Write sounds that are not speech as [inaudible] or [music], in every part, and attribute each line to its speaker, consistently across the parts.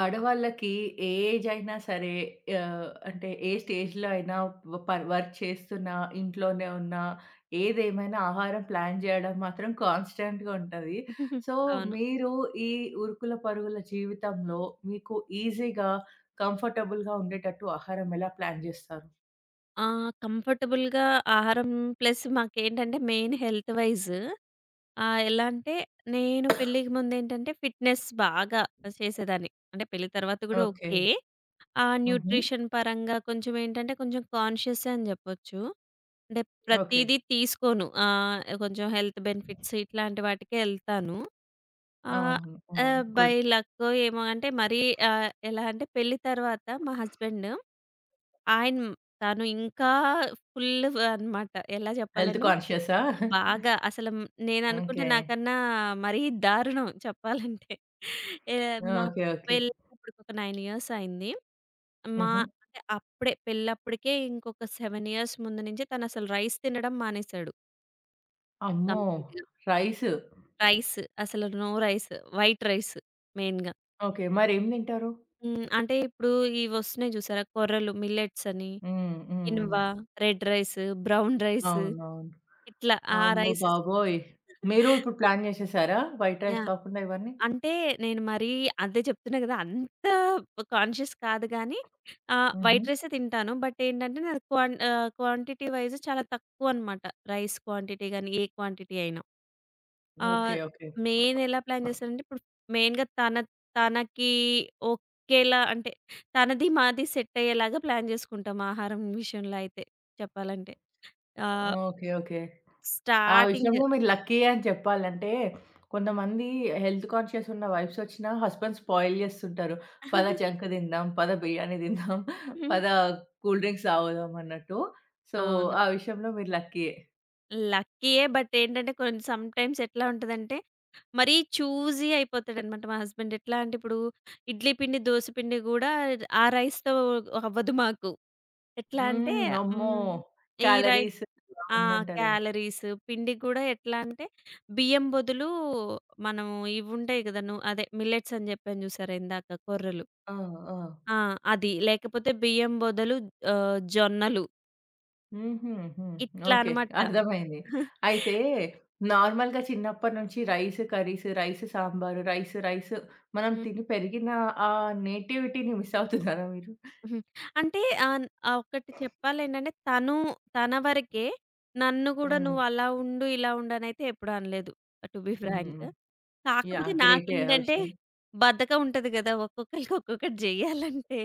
Speaker 1: ఆడవాళ్ళకి ఏ ఏజ్ అయినా సరే అంటే ఏ స్టేజ్‌లో అయినా వ ప వర్క్ చేస్తున్నా, ఇంట్లోనే ఉన్నా, ఏదేమైనా ఆహారం ప్లాన్ జేయడం మాత్రం కాన్‌స్టాంట్‌గా ఉంటది.
Speaker 2: హుహు.
Speaker 1: సో,
Speaker 2: అవును.
Speaker 1: మీరు ఈ ఉరుకుల పరుగుల జీవితంలో మీకు ఈజీగా, కంఫర్టబుల్‌గా ఉండేటట్టు ఆహారం ఎలా ప్లాన్ జేస్తారు?
Speaker 2: ఆ! కంఫర్టబుల్‌గా ఆహారం ప్లస్ మాకేంటంటే మెయిన్ హెల్త్ వైస్, ఎలా అంటే నేను పెళ్ళికి ముందేంటంటే ఫిట్‌నెస్ బాగా చేసేదాన్ని. అంటే పెళ్లి తర్వాత కూడా
Speaker 1: ఓకే.
Speaker 2: ఓకే.
Speaker 1: హుహు.
Speaker 2: న్యూట్రిషన్ పరంగా కొంచెం ఏంటంటే కొంచెం కాన్షియసే అని జెప్పొచ్చు. అంటే
Speaker 1: ఓకే.
Speaker 2: ప్రతీదీ తీసుకోను. కొంచెం హెల్త్ బెనిఫిట్స్ ఇట్లాంటి వాటికే ఎళ్తాను. ఆహ్,
Speaker 1: అవును, అవును,
Speaker 2: ఆహ్, బై
Speaker 1: గుడ్.
Speaker 2: లక్కో ఏమో అంటే మరీ ఎలా అంటే పెళ్లి తర్వాత మా హస్బెండ్ ఆయన తను ఇంకా ఫుల్ అన్నమాట. ఎలా
Speaker 1: హెల్త్
Speaker 2: చెప్పాలంటే
Speaker 1: కాన్షియసా?
Speaker 2: బాగా. అసలు నేననుకుంటే
Speaker 1: ఓకే.
Speaker 2: నాకన్నా మరీ దారుణం చెప్పాలంటే. ఏ మా
Speaker 1: ఓకే. ఓకే.
Speaker 2: పెళ్ళి ఇప్పటికొక 9 ఇయర్స్ అయింది. మా
Speaker 1: హుహు.
Speaker 2: అంటే అప్పుడే పెళ్ళప్పటికే ఇంకొక 7 ఇయర్స్ ముందు నుంచి తనసలు రైస్ తినడం మానేసాడు
Speaker 1: అమ్మో!
Speaker 2: కంప్లీట్‌గా.
Speaker 1: రైసు.
Speaker 2: రైస్ అసలు నో రైస్. వైట్ రైస్ మెయిన్‌గా.
Speaker 1: ఓకే, మరేం తింటారు?
Speaker 2: హ్మ్. అంటే ఇప్పుడు ఇవొస్తున్నాయి చూసారా? కొర్రలు మిల్లెట్స్ అని,
Speaker 1: హ్మ్. హ్మ్. హ్మ్.
Speaker 2: Quinoa, red rice, brown rice
Speaker 1: అవునవును.
Speaker 2: ఇట్లా ఆ
Speaker 1: అమ్మ
Speaker 2: రైసెస్.
Speaker 1: బాబోయ్! మీరు ఇప్పుడు ప్లాన్ చేసేసారా? White rice
Speaker 2: yeah!
Speaker 1: కాకుండా ఇవన్నీ?
Speaker 2: అంటే నేను మరీ అదే చెప్తున్నా గదా! అంత కాన్షియస్ కాదు గానీ,
Speaker 1: హుహు.
Speaker 2: వైట్ రైసే తింటాను. బట్ ఏంటంటే నాది క్వాంటిటీ వైస్ చాలా తక్కువనమాట. రైస్ క్వాంటిటీ గానీ, ఏ క్వాంటిటీ అయినా.
Speaker 1: ఓకే.
Speaker 2: Ah,
Speaker 1: okay.
Speaker 2: మెయిన్ ఎలా ప్లాన్ చేస్తానంటే ఇప్పుడు మెయిన్‌గా తనకి ఓకేలా అంటే తనది, మాది సెట్ అయ్యేలాగా ప్లాన్ జేసుకుంటాం ఆహారం విషయంలో అయితే చెప్పాలంటే. ఆహ్,
Speaker 1: ఓకే. ఓకే. ఆ
Speaker 2: స్టార్టింగ్
Speaker 1: విషయంలో మీరు లక్కీయే అని చెప్పాలి. అంటే కొంతమంది హెల్త్ కాన్షియస్ ఉన్న వైఫ్స్ వచ్చినా హస్బెండ్ స్పాయిల్ చేస్తుంటారు. పద జంక్
Speaker 2: [laughs]
Speaker 1: తిందాం, పద బిర్యానీ తిందాం,
Speaker 2: హ్మ్.
Speaker 1: పద కూల్ డ్రింక్స్ తాగుదాం అన్నట్టు. సో,
Speaker 2: అవును.
Speaker 1: ఆ విషయంలో మీరు లక్కీయే.
Speaker 2: లక్కీయే. బట్ ఏంటంటే కొన్ని సమ్ టైమ్స్ ఎట్లా ఉంటదంటే, మరీ చూజీ అయిపోతాడనమాట మా హస్బెండ్. ఎట్లా అంటే ఇప్పుడు ఇడ్లీ పిండి, దోస పిండి గూడా ఆ రైస్‌తో అవ్వదు మాకు. ఎట్లా అంటే
Speaker 1: హ్మ్. అమ్మో!
Speaker 2: హ్మ్. ఈ రై
Speaker 1: క్యాలరీస్
Speaker 2: ఆ!
Speaker 1: అవన్నీ అంటారేమో.
Speaker 2: క్యాలరీస్ పిండి గూడా ఎట్లా అంటే బియ్యం బదులు మనం ఇవుంటాయి కదా! అదే మిల్లెట్స్ అని చెప్పాను చూసారా ఇందాక కొర్రలు.
Speaker 1: ఆ! ఆ!
Speaker 2: ఆ! అది. లేకపోతే బియ్యం బదులు జొన్నలు.
Speaker 1: హుహు. హ్మ్.
Speaker 2: ఇట్లా
Speaker 1: ఓకే,
Speaker 2: అనమాట.
Speaker 1: అర్థమైంది.
Speaker 2: [laughs]
Speaker 1: అయితే నార్మల్‌గా చిన్నప్పటి నుంచి rice curries, rice sambar, rice rice మనం తిని పెరిగిన ఆ నేటివిటీని మిస్ అవుతున్నారా మీరు?
Speaker 2: హుహు. అంటే ఒకటి చెప్పాలేంటంటే తను తన వరకే, నన్ను గూడా
Speaker 1: హ్మ్.
Speaker 2: "నువ్వు అలా ఉండు, ఇలా ఉండు" అనైతే ఎప్పుడు అనలేదు. To be frank.
Speaker 1: హ్మ్.
Speaker 2: కాకపోతే
Speaker 1: యాహ్! గ్రేటే ఆ
Speaker 2: నాకేంటంటే
Speaker 1: విషయం.
Speaker 2: బద్ధకం ఉంటది గదా! ఒక్కొక్కళ్ళకి ఒక్కొక్కటి జేయాలంటే.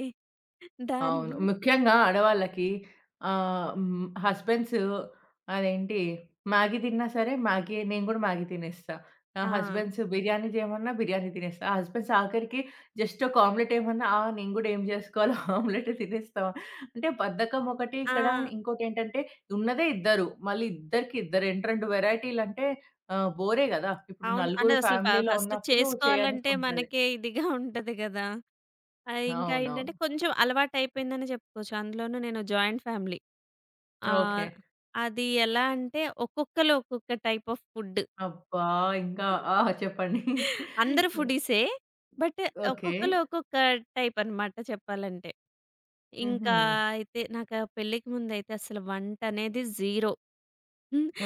Speaker 2: దాని
Speaker 1: అవును,
Speaker 2: గు
Speaker 1: ముఖ్యంగా ఆడవాళ్ళకి ఆహ్, హ్మ్. హస్బెండ్స్ అదేంటి మ్యాగీ తిన్నా సరే మ్యాగీ నేను గూడా మ్యాగీ తినేస్తా. నా
Speaker 2: ఆ!
Speaker 1: హస్బెండ్స్ బిర్యానీ చేయమన్నా బిర్యానీ తినేస్తా. హస్బెండ్స్ ఆఖరికి జస్ట్ ఒక ఆమ్లెట్ ఏమన్నా ఆ! నేను గూడా ఏం జేసుకోవాలో ఆమ్లెటే [laughs] తినేస్తా. అంటే బద్ధకం ఒకటి
Speaker 2: ఆ!
Speaker 1: ఇక్కడ, ఇంకోటేంటంటే ఉన్నదే ఇద్దరు. మళ్ళీ ఇద్దరికి ఇద్దరు 2, 2 వేరైటీలంటే బోరే గదా! ఇప్పుడు
Speaker 2: అవును. అంటే
Speaker 1: నలుగురు
Speaker 2: అసలు
Speaker 1: ఫ్యామిలీలో
Speaker 2: ఫస్ట్
Speaker 1: ఉన్నప్పుడు
Speaker 2: చేసుకోవాలంటే
Speaker 1: చేయనీకుంటది.
Speaker 2: మనకే ఇదిగా ఉంటది గదా! ఆ! ఇంకా
Speaker 1: అవునవును.
Speaker 2: ఏంటంటే కొంచెం అలవాటయిపోయిందనే చెప్పుకోవచ్చు. అందులోనూ నేను జాయింట్ ఫ్యామిలీ.
Speaker 1: ఓకే.
Speaker 2: ఆహ్, అది ఎలా అంటే ఒక్కొక్కళ్ళు ఒక్కొక్క టైప్ ఆఫ్ ఫుడ్.
Speaker 1: అబ్బా! ఇంకా ఆ! చెప్పండి.
Speaker 2: అందరూ ఫుడీసే. But
Speaker 1: okay.
Speaker 2: ఒక్కొక్కళ్ళు ఒక్కొక్క టైప్ అన్నమాట చెప్పాలంటే.
Speaker 1: హుహు.
Speaker 2: ఇంకా అయితే నాకు ఆ పెళ్ళికి ముందయితే అసలు వంటనేది 0.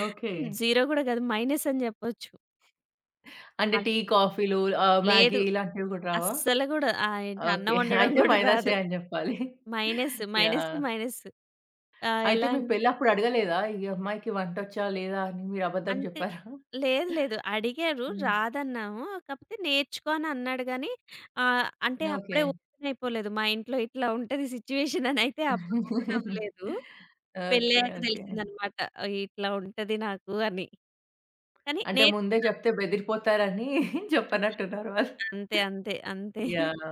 Speaker 1: ఓకే.
Speaker 2: 0 గూడా కాదు మైనస్ అని చెప్పొచ్చు.
Speaker 1: అంటే
Speaker 2: అల్
Speaker 1: టీ, కాఫీలు,
Speaker 2: లేదు.
Speaker 1: మ్యాగీ ఇలాంటివి గూడా రావా?
Speaker 2: అస్సలు గూడా ఏంటి అన్నం
Speaker 1: ఓకే,
Speaker 2: వండడం
Speaker 1: అయితే
Speaker 2: గూడా
Speaker 1: మైనసే
Speaker 2: రాదు.
Speaker 1: అని జెప్పాలి.
Speaker 2: మైనస్. మైనస్‌కి
Speaker 1: యాహ్!
Speaker 2: మైనస్. ఆహ్,
Speaker 1: అయితే
Speaker 2: ఎలా
Speaker 1: మీ
Speaker 2: అన్
Speaker 1: పెళ్ళప్పుడు అడగలేదా? ఈ అమ్మాయికి వంటొచ్చా? లేదా? అని మీరు అబద్ధం
Speaker 2: అంటే
Speaker 1: జెప్పారా?
Speaker 2: లేదు లేదు. అడిగారు.
Speaker 1: హ్మ్.
Speaker 2: రాదన్నాము. కాకపోతే నేర్చుకో అని అన్నాడు గానీ, అంటే అప్పుడే
Speaker 1: ఓకే.
Speaker 2: ఓపెన్ అయిపోలేదు. మా ఇంట్లో ఇట్లా ఉంటది సిట్యుయేషన్ అనైతే అప్పుడు ఓపెన్ అవ్వలేదు.
Speaker 1: ఓకే.
Speaker 2: పెళ్ళయ్యాక
Speaker 1: ఓకే.
Speaker 2: తెలిసిందనమాట. ఇట్లా ఉంటది నాకు అని. కానీ
Speaker 1: అంటే ముందే
Speaker 2: నేర్చుకున్నా.
Speaker 1: జెప్తే బెదిరిపోతారని చెప్పనట్టున్నారు వాళ్ళు.
Speaker 2: అంతే. అంతే. అంతే.
Speaker 1: యాహ్!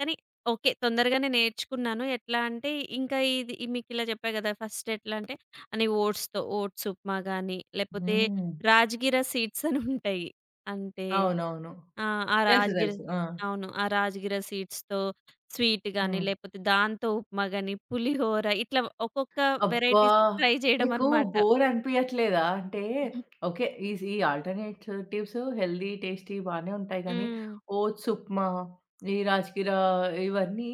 Speaker 2: కానీ ఓకే. తొందరగానే నేర్చుకున్నాను. ఎట్లా అంటే ఇంకా ఇది మీకిలా చెప్పా గదా! ఫస్ట్ ఎట్లా అంటే ఓట్స్‌తో ఓట్స్ ఉప్మా గాని, లేపోతే
Speaker 1: హ్మ్.
Speaker 2: రాజగిర సీడ్స్ అని ఉంటాయి. అంటే
Speaker 1: అవునవును.
Speaker 2: ఆ! ఆ
Speaker 1: తెలుసు,
Speaker 2: రాజగిర
Speaker 1: తెలుసు. ఆ!
Speaker 2: అవును. ఆ రాజగిర సీడ్స్‌తో స్వీట్ గాని,
Speaker 1: హ్మ్.
Speaker 2: లేపోతే దాంతో ఉప్మా గాని, పులిహోర ఇట్లా ఒక్కొక్క
Speaker 1: అబ్బా!
Speaker 2: వేరైటీస్ ట్రై చేయడం
Speaker 1: మీకు
Speaker 2: అనమాట.
Speaker 1: బోర్ అనిపియట్లేదా? అంటే
Speaker 2: హుహు.
Speaker 1: ఓకే. ఈస్ ఈ ఆల్టర్‌నేటివ్స్ హెల్తీ, టేస్టీ బానే ఉంటాయి గానీ,
Speaker 2: హ్మ్.
Speaker 1: ఓట్స్ ఉప్మా, ఈ రాజగిర ఇవన్నీ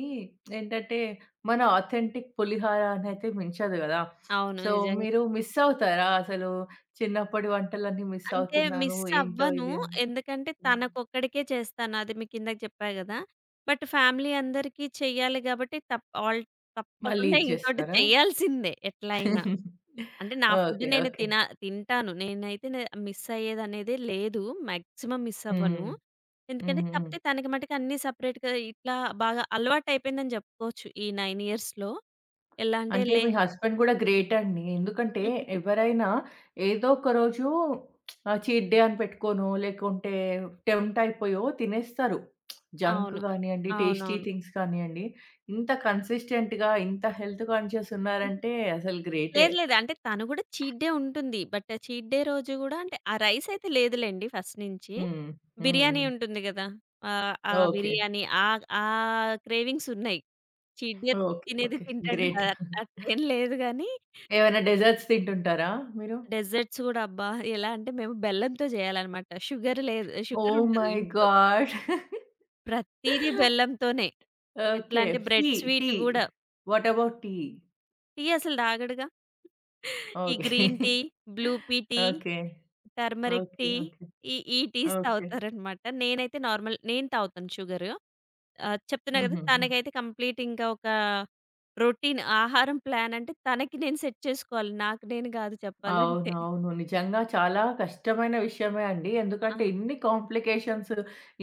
Speaker 1: ఏంటంటే, మన ఆథెంటిక్ పులిహోరనైతే మించదు గదా!
Speaker 2: అవును.
Speaker 1: సో,
Speaker 2: నిజంగా.
Speaker 1: మీరు మిస్ అవుతారా అసలు? చిన్నప్పటి వంటలన్నీ మిస్
Speaker 2: అంటే
Speaker 1: అవుతున్నాను.
Speaker 2: మిస్
Speaker 1: ఏంటో
Speaker 2: అవ్వను.
Speaker 1: ఇది అని?
Speaker 2: ఎందుకంటే
Speaker 1: హ్మ్.
Speaker 2: తనకొక్కడికే చేస్తాను. అది మీకు ఇందాక చెప్పా గదా! బట్ ఫ్యామిలీ అందరికీ చెయ్యాలి గాబట్టి
Speaker 1: మళ్ళీ
Speaker 2: తప్పకుండా
Speaker 1: ఇది
Speaker 2: ఇంకోటి
Speaker 1: చేస్తారా?
Speaker 2: చేయాల్సిందే ఎట్లైనా.
Speaker 1: [laughs]
Speaker 2: అంటే నా ఫుడ్
Speaker 1: ఓకే.
Speaker 2: నేను
Speaker 1: ఓకే.
Speaker 2: తిన తింటాను. నేనైతే నే మిస్ అయ్యేదనేదే లేదు. మాక్సిమం మిస్
Speaker 1: హ్మ్.
Speaker 2: అవ్వను.
Speaker 1: హ్మ్.
Speaker 2: ఎందుకంటే
Speaker 1: హ్మ్.
Speaker 2: కాకపోతే తనకి మటికి అన్నీ సెపరేట్‌గా ఇట్లా బాగా అలవాటయిపోయిందని జెప్పుకోవచ్చు. ఈ 9 ఇయర్స్‌లో. ఎలా అంటే
Speaker 1: అంటే
Speaker 2: లే
Speaker 1: మీ హస్బెండ్ గూడా గ్రేట్ అండి. ఎందుకంటే ఎవరైనా ఏదో ఒక రోజు చీట్ డే అని పెట్టుకోనో, లేకుంటే టెంప్ట్ అయిపోయో తినేస్తారు. జంక్
Speaker 2: అవును.
Speaker 1: గానియండి, టేస్టీ
Speaker 2: అవునవును.
Speaker 1: థింగ్స్ కానియండి. ఇంత కన్సిస్టెంట్‌గా, ఇంత హెల్త్ కాన్షియస్ ఉన్నారంటే అసలు గ్రేటే.
Speaker 2: లేదు లేదు. అంటే తను గూడా చీట్ డే ఉంటుంది. బట్ చీట్ డే రోజు గూడా అంటే ఆ రైస్ అయితే లేదులెండి ఫస్ట్ నుంచి.
Speaker 1: హ్మ్. హ్మ్.
Speaker 2: బిర్యానీ
Speaker 1: హ్మ్.
Speaker 2: ఉంటుంది గదా! ఆహ్, ఆ
Speaker 1: ఓకే.
Speaker 2: బిర్యానీ ఆ ఆ క్రేవింగ్స్ ఉన్నాయి. Cheat day
Speaker 1: okay.
Speaker 2: తినేది
Speaker 1: ఓకే.
Speaker 2: తింటాడు.
Speaker 1: గ్రేట్.
Speaker 2: అట్లేం లేదు గానీ,
Speaker 1: ఏమైనా డెజర్ట్స్ తింటుంటారా మీరు?
Speaker 2: డెజర్ట్స్ గూడా అబ్బా! ఎలా అంటే మేము బెల్లంతో జేయాలనమాట. షుగర్
Speaker 1: ఓహ్
Speaker 2: ఉండదు
Speaker 1: మై
Speaker 2: ఇంట్లో.
Speaker 1: గాడ్!
Speaker 2: ప్రతీదీ బెల్లంతోనే. ఎట్లా
Speaker 1: ఓకే.
Speaker 2: అంటే బ్రెడ్
Speaker 1: టీ,
Speaker 2: స్వీట్
Speaker 1: టీ.
Speaker 2: గూడా.
Speaker 1: What about tea?
Speaker 2: టీ అసలు తాగడుగా. ఈ
Speaker 1: okay.
Speaker 2: Green tea, blue pea tea,
Speaker 1: okay.
Speaker 2: Turmeric
Speaker 1: okay.
Speaker 2: Tea,
Speaker 1: okay.
Speaker 2: ఈ ఈ టీస్
Speaker 1: ఓకే.
Speaker 2: తాగుతారనమాట. నేనైతే నార్మల్ నేను తాగుతాను షుగరు. చెప్తున్నా కదా!
Speaker 1: హుహుహు.
Speaker 2: తనకైతే కంప్లీట్ ఇంకా ఒక రొటీన్ ఆహారం ప్లాన్ అంటే తనకి నేను సెట్ చేసుకోవాలి. నాకు నేను గాదు చెప్పాలంటే.
Speaker 1: అవునవును, నిజంగా చాలా కష్టమైన విషయమే అండి.
Speaker 2: ఆ!
Speaker 1: ఎందుకంటే ఇన్ని కాంప్లికేషన్స్,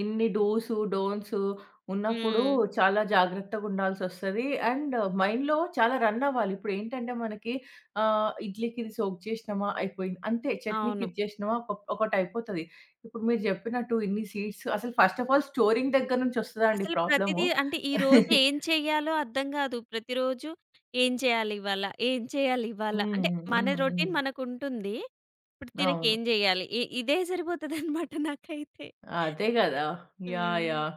Speaker 1: ఇన్ని డూస్, డోంట్స్ ఉన్నప్పుడు
Speaker 2: హ్మ్.
Speaker 1: చాలా జాగ్రత్తగుండాల్సొస్తది. అండ్ మైండ్‌లో చాలా రన్ అవ్వాలి. ఇప్పుడేంటంటే మనకి ఇడ్లీకి ఇది సోక్ చేసినామా అయిపోయింది. అంతే చట్నీకి
Speaker 2: అవును.
Speaker 1: ఇది చేసినామా ఒకటయిపోతది. ఇప్పుడు మీరు చెప్పినట్టు ఇన్ని సీడ్స్ అసలు ఫస్ట్ ఆఫ్ ఆల్ స్టోరింగ్ దగ్గర నుంచి వస్తదండి
Speaker 2: అసలు ప్రతిదీ
Speaker 1: ప్రాబ్లము.
Speaker 2: అంటే ఈరోజు ఏం చేయాలో అర్థం గాదు. ప్రతిరోజు ఏం చేయాలి ఇవాళ? ఏం చేయాలి ఇవాళ? అంటే
Speaker 1: హ్మ్.
Speaker 2: మన
Speaker 1: హ్మ్.
Speaker 2: రొటీన్
Speaker 1: హ్మ్.
Speaker 2: మనకుంటుంది. ఇప్పుడు
Speaker 1: అవును,
Speaker 2: తినకేం జేయాలి? ఇదే సరిపోతదనమాట నాకైతే.
Speaker 1: అదే గదా! యాహ్!
Speaker 2: హ్మ్.
Speaker 1: యాహ్!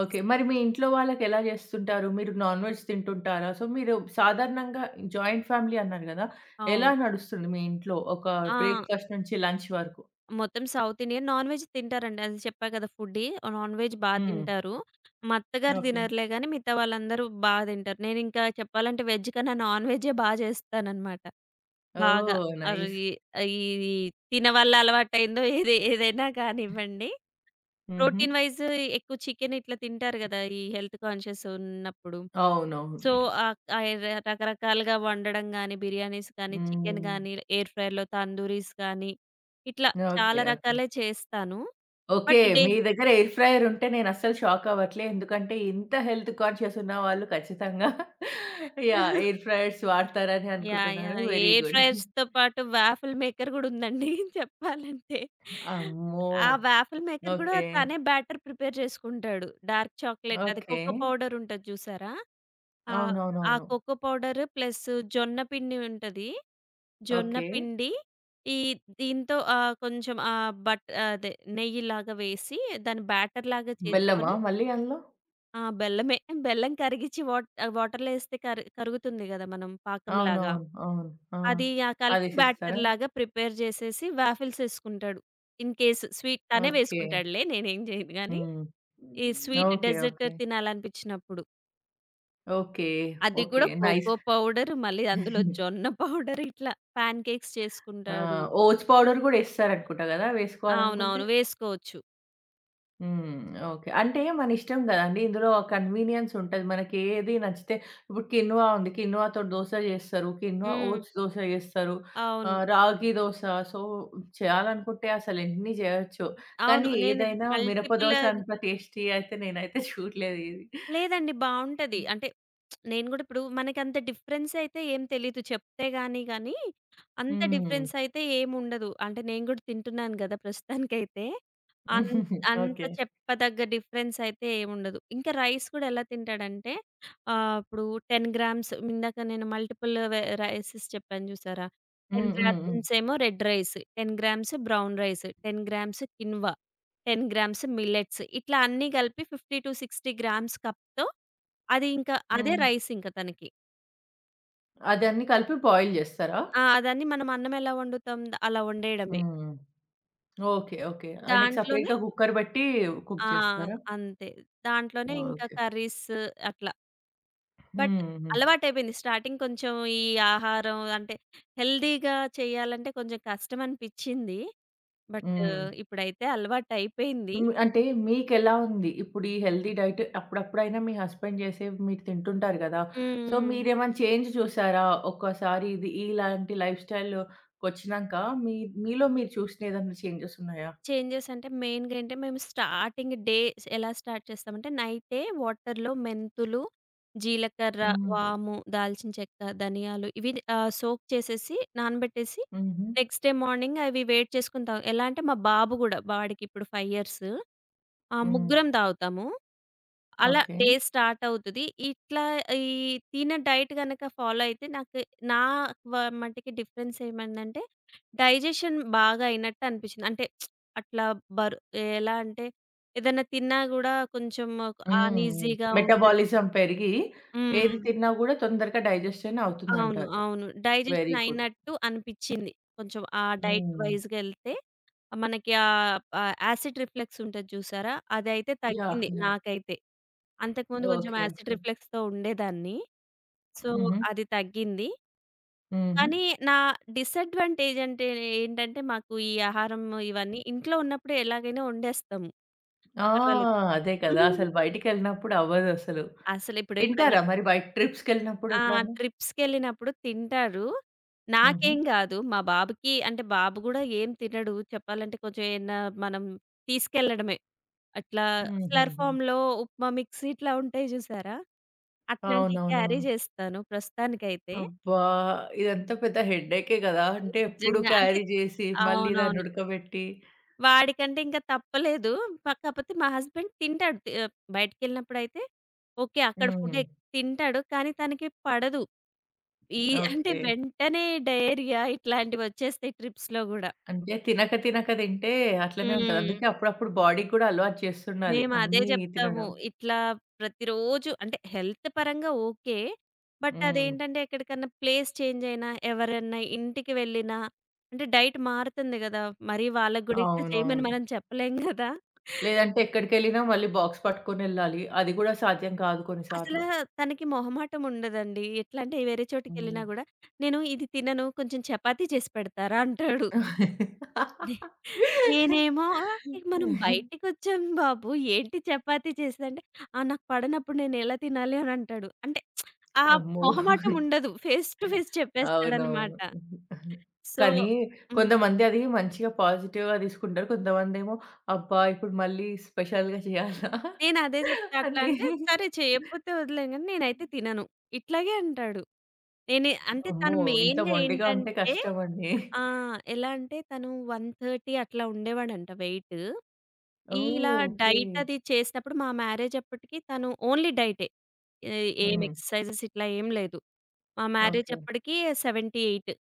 Speaker 1: ఓకే. మరి మీ ఇంట్లో వాళ్ళకెలా జేస్తుంటారు? మీరు నాన్ వెజ్ తింటుంటారా? సో, మీరు సాధారణంగా జాయింట్ ఫ్యామిలీ అన్నారు గదా! ఎలా
Speaker 2: అవును.
Speaker 1: నడుస్తుంది మీ ఇంట్లో ఒక
Speaker 2: ఆ!
Speaker 1: బ్రేక్‌ఫాస్ట్ నుంచి లంచ్ వరకు?
Speaker 2: మొత్తం సౌత్ ఇండియన్ నాన్ వెజ్ తింటారండి. అది చెప్పా కదా! ఫుడ్డీ. నాన్ వెజ్ బా
Speaker 1: హ్మ్.
Speaker 2: తింటారు. మా అత్తగారు
Speaker 1: ఓకే.
Speaker 2: తినరులే గానీ మిగతా వాళ్ళందరూ బా తింటారు. నేనింకా చెప్పాలంటే వెజ్ కన్నా నాన్ వెజ్జే బా చేస్తాననమాట. బాగా.
Speaker 1: ఓహ్!
Speaker 2: అవి
Speaker 1: నైస్.
Speaker 2: ఈ తినవల్ల అలవాటయిందో ఏదైనా కానివ్వండి.
Speaker 1: హుహు.
Speaker 2: ప్రోటీన్ వైజ్ ఎక్కువ చికెన్ ఇట్లా తింటారు గదా! ఈ హెల్త్ కాన్షియస్ ఉన్నప్పుడు.
Speaker 1: అవునవును.
Speaker 2: సో, ఆహ్, ఆహ్, ఎర రకరకాలుగా వండడం గానీ, బిర్యానీస్ కానీ, చికెన్
Speaker 1: హ్మ్.
Speaker 2: గానీ, ఎయిర్ ఫ్రైర్‌లో తందూరీస్ కానీ, ఇట్లా చాలా
Speaker 1: ఓకే. ఓకే.
Speaker 2: రకాలే చేస్తాను.
Speaker 1: ఓకే.
Speaker 2: బట్ డే
Speaker 1: మీ దగ్గర ఎయిర్ ఫ్రైయర్ ఉంటే నేనస్సలు షాక్ అవ్వట్లే. ఎందుకంటే ఇంత హెల్త్ కాన్షియస్ ఉన్న వాళ్ళు ఖచ్చితంగా యాహ్! ఎయిర్
Speaker 2: [laughs]
Speaker 1: ఫ్రైయర్స్ వాడతారని
Speaker 2: యాహ్!
Speaker 1: అనుకుంటున్నాను.
Speaker 2: యాహ్!
Speaker 1: Very
Speaker 2: air
Speaker 1: good.
Speaker 2: ఫ్రైయర్స్‌తో పాటు వాఫిల్ మేకర్ గూడా ఉందండి [laughs] చెప్పాలంటే.
Speaker 1: అమ్మో!
Speaker 2: ఆ వాఫిల్ మేకర్ గూడా
Speaker 1: ఓకే.
Speaker 2: తనే బ్యాటర్ ప్రిపేర్ చేసుకుంటాడు. డార్క్ చాక్లేట్ అది
Speaker 1: ఓకే.
Speaker 2: కోకో పౌడర్ ఉంటది చూసారా? ఆ! ఆ
Speaker 1: అవునవునవును.
Speaker 2: కోకో పౌడర్ ప్లస్ జొన్న పిండి ఉంటది. జొన్న
Speaker 1: ఓకే.
Speaker 2: పిండి ఈ దీంతో బట్ అదే నెయ్యిలాగా వేసి దాన్ని బ్యాటర్‌లాగా
Speaker 1: బెల్లమా
Speaker 2: చేసుకొని
Speaker 1: మళ్ళీ అందులో?
Speaker 2: ఆ! బెల్లమే. బెల్లం కరిగిచ్చి వాటర్‌లో ఏస్తే కరుగుతుంది గదా! మనం పాకంలాగా.
Speaker 1: అవునవును, అవును. ఆ!
Speaker 2: అది ఆ కలిపి
Speaker 1: అదేసిస్తారా?
Speaker 2: బ్యాటర్‌లాగా ప్రిపేర్ జేసేసి వాఫిల్స్ ఏసుకుంటాడు. ఇన్ కేస్ స్వీట్ తనే
Speaker 1: ఓకే.
Speaker 2: వేసుకుంటాడులే. నేనేం జేయను గానీ.
Speaker 1: హ్మ్.
Speaker 2: ఈ స్వీట్
Speaker 1: ఓకే.
Speaker 2: Dessert
Speaker 1: okay.
Speaker 2: తినాలనిపించినప్పుడు.
Speaker 1: ఓకే.
Speaker 2: అది
Speaker 1: ఓకే,
Speaker 2: గూడా
Speaker 1: నైస్.
Speaker 2: కోకో పౌడర్ మళ్ళీ అందులో జొన్న పౌడర్ ఇట్లా పాన్ కేక్స్
Speaker 1: ఆ!
Speaker 2: చేసుకుంటాడు.
Speaker 1: ఓట్స్ పౌడర్ గూడా ఎస్తారనుకుంటా గదా! వేసుకోవాలనుకుంటే?
Speaker 2: అవునవును. వేసుకోవచ్చు.
Speaker 1: హ్మ్. ఓకే. అంటే మన ఇష్టం గదండీ! ఇందులో కన్వీనియన్స్ ఉంటది. మనకి ఏది నచ్చితే ఇప్పుడు కిన్వా ఉంది. కిన్వాతోటి దోస జేస్తారు. కిన్వా
Speaker 2: హ్మ్.
Speaker 1: ఓట్స్ దోస జేస్తారు.
Speaker 2: అవును.
Speaker 1: రాగి దోస. సో, చేయాలనుకుంటే అసలు ఎన్ని జేయొచ్చు.
Speaker 2: అవును.
Speaker 1: కానీ
Speaker 2: నేను
Speaker 1: ఏదైనా మిరప
Speaker 2: మల్టిపుల్
Speaker 1: దోస
Speaker 2: ఆహ్,
Speaker 1: అంత టేస్టీ అయితే నేనైతే చూడలేదు ఏది.
Speaker 2: లేదండి. బావుంటది. అంటే నేను గూడా ఇప్పుడు మనకంత డిఫరెన్స్ అయితే ఏం తెలీదు. చెప్తే గాని గానీ, అంత
Speaker 1: హ్మ్.
Speaker 2: డిఫరెన్స్ అయితే ఏముండదు. అంటే నేను గూడా తింటున్నాను గదా! ప్రస్తుతానికైతే. అన్
Speaker 1: [laughs]
Speaker 2: అంత
Speaker 1: ఓకే.
Speaker 2: చెప్పదగ్గ డిఫరెన్స్ అయితే ఏముండదు. ఇంకా రైస్ గూడా ఎలా తింటాడంటే ఇప్పుడు 10 గ్రామ్స్, ఇందాక నేను మల్టిపుల్ రైసెస్ చెప్పాను జూసారా? 10
Speaker 1: హ్మ్. హ్మ్. హ్మ్.
Speaker 2: గ్రామ్స్ ఏమో red rice, 10 grams brown rice, 10 grams quinoa, 10 grams millets ఇట్లా అన్నీ గలిపి 50-60 గ్రామ్స్ కప్. సో, అది ఇంకా అదే
Speaker 1: హ్మ్.
Speaker 2: రైస్ ఇంక తనకి.
Speaker 1: అదన్నీ కలిపి బాయిల్ జేస్తారా?
Speaker 2: ఆ! దాన్ని మనం అన్నం ఎలా వండుతాం అలా వండేయడమే.
Speaker 1: హ్మ్. ఓకే. ఓకే. ఆయనకి
Speaker 2: దాంట్లోనే
Speaker 1: సెపరేట్‌గా కుక్కర్ బెట్టి కుక్
Speaker 2: ఆ!
Speaker 1: చేస్తారా?
Speaker 2: అంతే. దాంట్లోనే ఇంకా
Speaker 1: ఓకే.
Speaker 2: కర్రీస్ అట్లా. బట్
Speaker 1: హ్మ్. హ్మ్.
Speaker 2: అలవాటయిపోయింది. స్టార్టింగ్ కొంచెం ఈ ఆహారం అంటే హెల్తీగా చేయాలంటే కొంచెం కష్టం అనిపిచ్చింది. బట్
Speaker 1: హ్మ్.
Speaker 2: ఇప్పుడైతే అలవాటయిపోయింది.
Speaker 1: హ్మ్. అంటే మీకెలా ఉంది? ఇప్పుడు ఈ హెల్తీ డైట్ అప్పుడప్పుడైనా మీ హస్బెండ్ చేసేవి మీరు తింటుంటారు గదా! సో,
Speaker 2: హ్మ్.
Speaker 1: మీరేమైనా చేంజ్ చూసారా? ఒక్కసారి ఇది ఇలాంటి లైఫ్ స్టైల్‌కొచ్చినంక మీ మీలో మీరు చూసిన ఏదైనా చేంజెస్ ఉన్నాయా?
Speaker 2: చేంజెస్ అంటే మెయిన్‌గా ఏంటే మేము స్టార్టింగ్ డే ఎలా స్టార్ట్ చేస్తామంటే నైటే వాటర్‌లో మెంతులు, జీలకర్ర,
Speaker 1: హ్మ్.
Speaker 2: వాము, దాల్చిన చెక్క, ధనియాలు ఇవి సోక్ చేసేసి నానబెట్టేసి
Speaker 1: హుహు.
Speaker 2: నెక్స్ట్ డే మార్నింగ్ అవి వేడి చేసుకొని తాగు, ఎలా అంటే మా బాబు గూడా వాడికిప్పుడు 5 ఇయర్స్. ఆ!
Speaker 1: హ్మ్.
Speaker 2: ముగ్గురం తాగుతాము. అలా
Speaker 1: ఓకే.
Speaker 2: డే స్టార్ట్ అవుతది. ఇట్లా ఈ తిన డైట్ గనక ఫాలో అయితే నాకు నా వ మటికి డిఫరెన్స్ ఏమైందంటే, డైజెషన్ బాగా అయినట్టు అనిపిచ్చింది. అంటే అట్లా బరు ఎలా అంటే ఏదైనా తిన్నా గూడా కొంచెం
Speaker 1: హ్మ్. హ్మ్.
Speaker 2: అన్‌ఈజీగా ఉండడం.
Speaker 1: మెటబాలిజం పెరిగి ఏది
Speaker 2: హ్మ్.
Speaker 1: తిన్నా గూడా తొందరగా డైజెషన్
Speaker 2: అవును.
Speaker 1: అవుతుందంటారు.
Speaker 2: అవును.
Speaker 1: Very
Speaker 2: digestion
Speaker 1: good.
Speaker 2: అయినట్టు అనిపిచ్చింది. కొంచెం ఆ డైట్
Speaker 1: హ్మ్.
Speaker 2: వైస్‌గా ఎళ్తే. మనకి ఆహ్, ఆహ్, యాసిడ్ రిఫ్లెక్స్ ఉంటది చూసారా? అదైతే
Speaker 1: యాహ్!
Speaker 2: తగ్గింది
Speaker 1: యాహ్!
Speaker 2: నాకైతే. అంతకుముందు కొంచెం
Speaker 1: ఓకే.
Speaker 2: Acid
Speaker 1: okay.
Speaker 2: రిఫ్లెక్స్‌తో ఉండేదాన్ని. సో,
Speaker 1: హుహు.
Speaker 2: అది తగ్గింది.
Speaker 1: హుహు.
Speaker 2: కానీ నా డిసడ్వాంటేజ్ అంటే ఏంటంటే, మాకు ఈ ఆహారం ఇవన్నీ ఇంట్లో ఉన్నప్పుడే ఎలాగైనా వండేస్తాము.
Speaker 1: ఆ!
Speaker 2: పర్వాలేదు.
Speaker 1: అదే కదా!
Speaker 2: [laughs]
Speaker 1: అసలు బయటికెళ్ళినప్పుడు అవ్వదసలు.
Speaker 2: అసలు ఇప్పుడు ఎప్పుడైనా
Speaker 1: తింటారా మరి బయట ట్రిప్స్‌కెళ్ళినప్పుడు
Speaker 2: ఆ!
Speaker 1: ఎప్పుడన్నా?
Speaker 2: ట్రిప్స్‌కెళ్ళినప్పుడు తింటారు.
Speaker 1: హుహు.
Speaker 2: నాకేం గాదు. మా బాబుకి, అంటే బాబు గూడా ఏం తినడు. చెప్పాలంటే కొంచెం ఏమన్నా మనం తీసుకెళ్లడమే. అట్లా స్లర్ప్
Speaker 1: హుహుహు.
Speaker 2: ఫామ్‌లో ఉప్మా మిక్స్ ఇట్లా ఉంటాయి చూసారా? అట్లాంటివి క్యారీ
Speaker 1: అవునవునవును.
Speaker 2: చేస్తాను ప్రస్తుతానికైతే.
Speaker 1: అబ్బా! ఇదంతా పెద్ద హెడేకే గదా! అంటే ఎప్పుడు
Speaker 2: నిజంగా అంటే
Speaker 1: క్యారీ జేసి, మళ్ళీ దాన్ని
Speaker 2: అవునవును.
Speaker 1: ఉడకబెట్టి.
Speaker 2: వాడికంటే ఇంక తప్పలేదు. కాపోతే మా హస్బెండ్ తింటాడు. బయటికెళ్ళినప్పుడైతే ఓకే. అక్కడ ఫుడ్
Speaker 1: హ్మ్.
Speaker 2: ఎక్ తింటాడు. కానీ తనకి పడదు. ఈ అంటే
Speaker 1: ఓకే.
Speaker 2: వెంటనే డయేరియా ఇట్లాంటివొచ్చేస్తాయి ట్రిప్స్‌లో గూడా.
Speaker 1: అంటే తినక తినక తింటే అట్లనే ఉంటది.
Speaker 2: హ్మ్.
Speaker 1: అందుకే అప్పుడప్పుడు బాడీకి గూడా అలవాటు చేస్తుండాలి
Speaker 2: మేము అదే
Speaker 1: అన్నీ
Speaker 2: జెప్తాము.
Speaker 1: తినడం.
Speaker 2: ఇట్లా ప్రతిరోజు అంటే హెల్త్ పరంగా ఓకే. బట్
Speaker 1: హ్మ్.
Speaker 2: అదేంటంటే ఎక్కడికన్నా ప్లేస్ చేంజ్ అయినా, ఎవరన్నా ఇంటికి వెళ్ళినా అంటే డైట్ మారుతుంది గదా! మరి వాళ్ళకి గూడా ఇట్లా చేయమని
Speaker 1: అవునవును.
Speaker 2: మనం చెప్పలేం గదా!
Speaker 1: లేదంటే ఎక్కడికెళ్ళినా మళ్ళీ బాక్స్ పట్టుకొనెళ్ళాలి. అది గూడా సాధ్యం కాదు కొన్ని
Speaker 2: అసల
Speaker 1: సార్లు.
Speaker 2: తనకి మొహమాటం ఉండదండి. ఎట్లా అంటే వేరే చోటికెళ్ళినా
Speaker 1: హ్మ్.
Speaker 2: గూడా, "నేను ఇది తినను, కొంచెం చపాతీ చేసి పెడతారా?" అంటాడు. నే- నేనేమో "ఏ మనం బయటికొచ్చాం బాబు ఏంటి చపాతీ చేస్తే" అంటే, "ఆ నాకు పడనప్పుడు నేనెలా తినాలి" అని అంటాడు. అంటే ఆ!
Speaker 1: అమ్మో!
Speaker 2: మొహమాటం ఉండదు. ఫేస్ టు ఫేస్
Speaker 1: అవునవును.
Speaker 2: చెప్పేస్తాడనమాట. సో
Speaker 1: కానీ
Speaker 2: హ్మ్.
Speaker 1: కొంతమంది అది మంచిగా పాజిటివ్‌గా తీసుకుంటారు. కొంతమందేమో అబ్బా! ఇప్పుడు మళ్ళీ స్పెషల్‌గా చేయాలా
Speaker 2: నేనదే జెప్తా. అట్లా
Speaker 1: అని.
Speaker 2: అంటే, "సరే చేయకపోతే వదిలేం గానీ నేనైతే తినను." ఇట్లాగే అంటాడు. నేనే అంటే
Speaker 1: అమ్మో!
Speaker 2: తను
Speaker 1: ఇంత
Speaker 2: మెయిన్‌గా
Speaker 1: మొండిగా ఉంటే
Speaker 2: ఏంటంటే
Speaker 1: కష్టమండి.
Speaker 2: ఆ! ఎలా అంటే తను 130 అట్లా ఉండేవాడంట వెయిట్.
Speaker 1: ఓహ్!
Speaker 2: ఇలా
Speaker 1: ఓకే.
Speaker 2: డైట్ అది చేసినప్పుడు మా మ్యారేజ్ అప్పటికి తను ఓన్లీ డైటే. ఏ ఏం
Speaker 1: హ్మ్.
Speaker 2: ఎక్సర్‌సైజెస్ ఇట్లా ఏం లేదు. మా మ్యారేజ్
Speaker 1: ఓకే.
Speaker 2: అప్పటికి 78.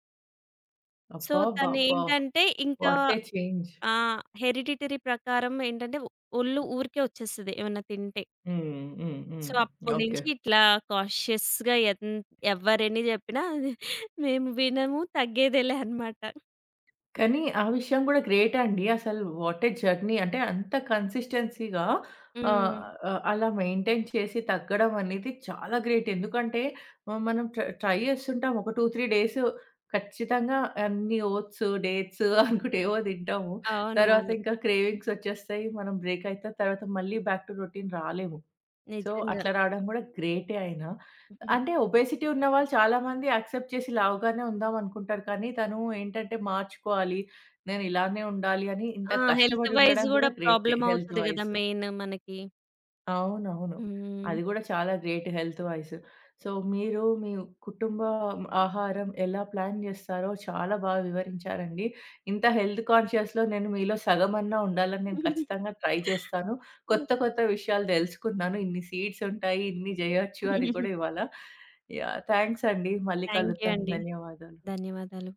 Speaker 2: సో
Speaker 1: అబ్బా! అబ్బా! అబ్బా!
Speaker 2: తనేంటంటే ఇంకా
Speaker 1: వాట్ ఎ చేంజ్.
Speaker 2: ఆ! హెరిడిటరీ ప్రకారం ఏంటంటే ఒళ్ళు ఊరికే వచ్చేస్తది ఏమన్నా తింటే.
Speaker 1: హ్మ్. హ్మ్. హ్మ్.
Speaker 2: సో, అప్పటి నుంచి
Speaker 1: ఓకే.
Speaker 2: ఇట్లా కాషియస్‌గా ఎవ్వరెన్ని చెప్పినా మేము వినము తగ్గేదేలే అన్నమాట.
Speaker 1: కానీ ఆ విషయం గూడా గ్రేట్ అండి. అసలు వాట్ ఏ జర్నీ అంటే అంత కన్సిస్టెన్సీగా ఆహ్,
Speaker 2: హ్మ్.
Speaker 1: ఆహ్, అలా మెయింటైన్ చేసి తగ్గడం అనేది చాలా గ్రేట్. ఎందుకంటే మనం ట్రై చేస్తుంటాం. ఒక 2, 3 డేస్ ఖచ్చితంగా అన్ని ఓట్స్, డేట్స్ [laughs] అనుకుంట ఏవో తింటాము. తర్వాత
Speaker 2: అవునవును.
Speaker 1: ఇంకా క్రేవింగ్స్ వచ్చేస్తాయి. మనం బ్రేక్ అయితాం. తర్వాత మళ్ళీ బ్యాక్ టు రొటీన్ రాలేము. సో,
Speaker 2: నిజంగా.
Speaker 1: అట్లా రావడం గూడా గ్రేటే అయినా. అంటే ఒబేసిటీ ఉన్నవాళ్ళు చాలామంది యాక్సెప్ట్ చేసి లావుగానే ఉందాం అనుకుంటారు. కానీ తను ఏంటంటే మార్చుకోవాలి. నేను ఇలానే ఉండాలి అని ఇంత
Speaker 2: ఆ! హెల్త్
Speaker 1: కష్టపడి
Speaker 2: వైస్
Speaker 1: ఉండడం
Speaker 2: గూడా
Speaker 1: గూడా గ్రేటే
Speaker 2: ప్రాబ్లమ్
Speaker 1: హెల్త్
Speaker 2: అవుతది గదా!
Speaker 1: వైస్.
Speaker 2: మెయిన్ మనకి.
Speaker 1: అవునవును.
Speaker 2: హ్మ్.
Speaker 1: అది గూడా చాలా గ్రేట్ హెల్త్ వైస్. సో, మీరు మీ కుటుంబ ఆహారం ఎలా ప్లాన్ జేస్తారో చాలా బాగా వివరించారండి. ఇంత హెల్త్ కాన్షియస్‌లో నేను మీలో సగమన్నా ఉండాలని నేను ఖచ్చితంగా ట్రై చేస్తాను. కొత్త కొత్త విషయాలు దెలుసుకున్నాను. ఇన్ని సీడ్స్ ఉంటాయి, ఇన్ని జేయొచ్చు అని కూడా ఇవాళ యాహ్! థాంక్స్ అండి. మళ్ళీ
Speaker 2: థాంక్ యూ [laughs]
Speaker 1: కలుద్దాం.
Speaker 2: అండి.
Speaker 1: ధన్యవాదాలు.
Speaker 2: ధన్యవాదాలు.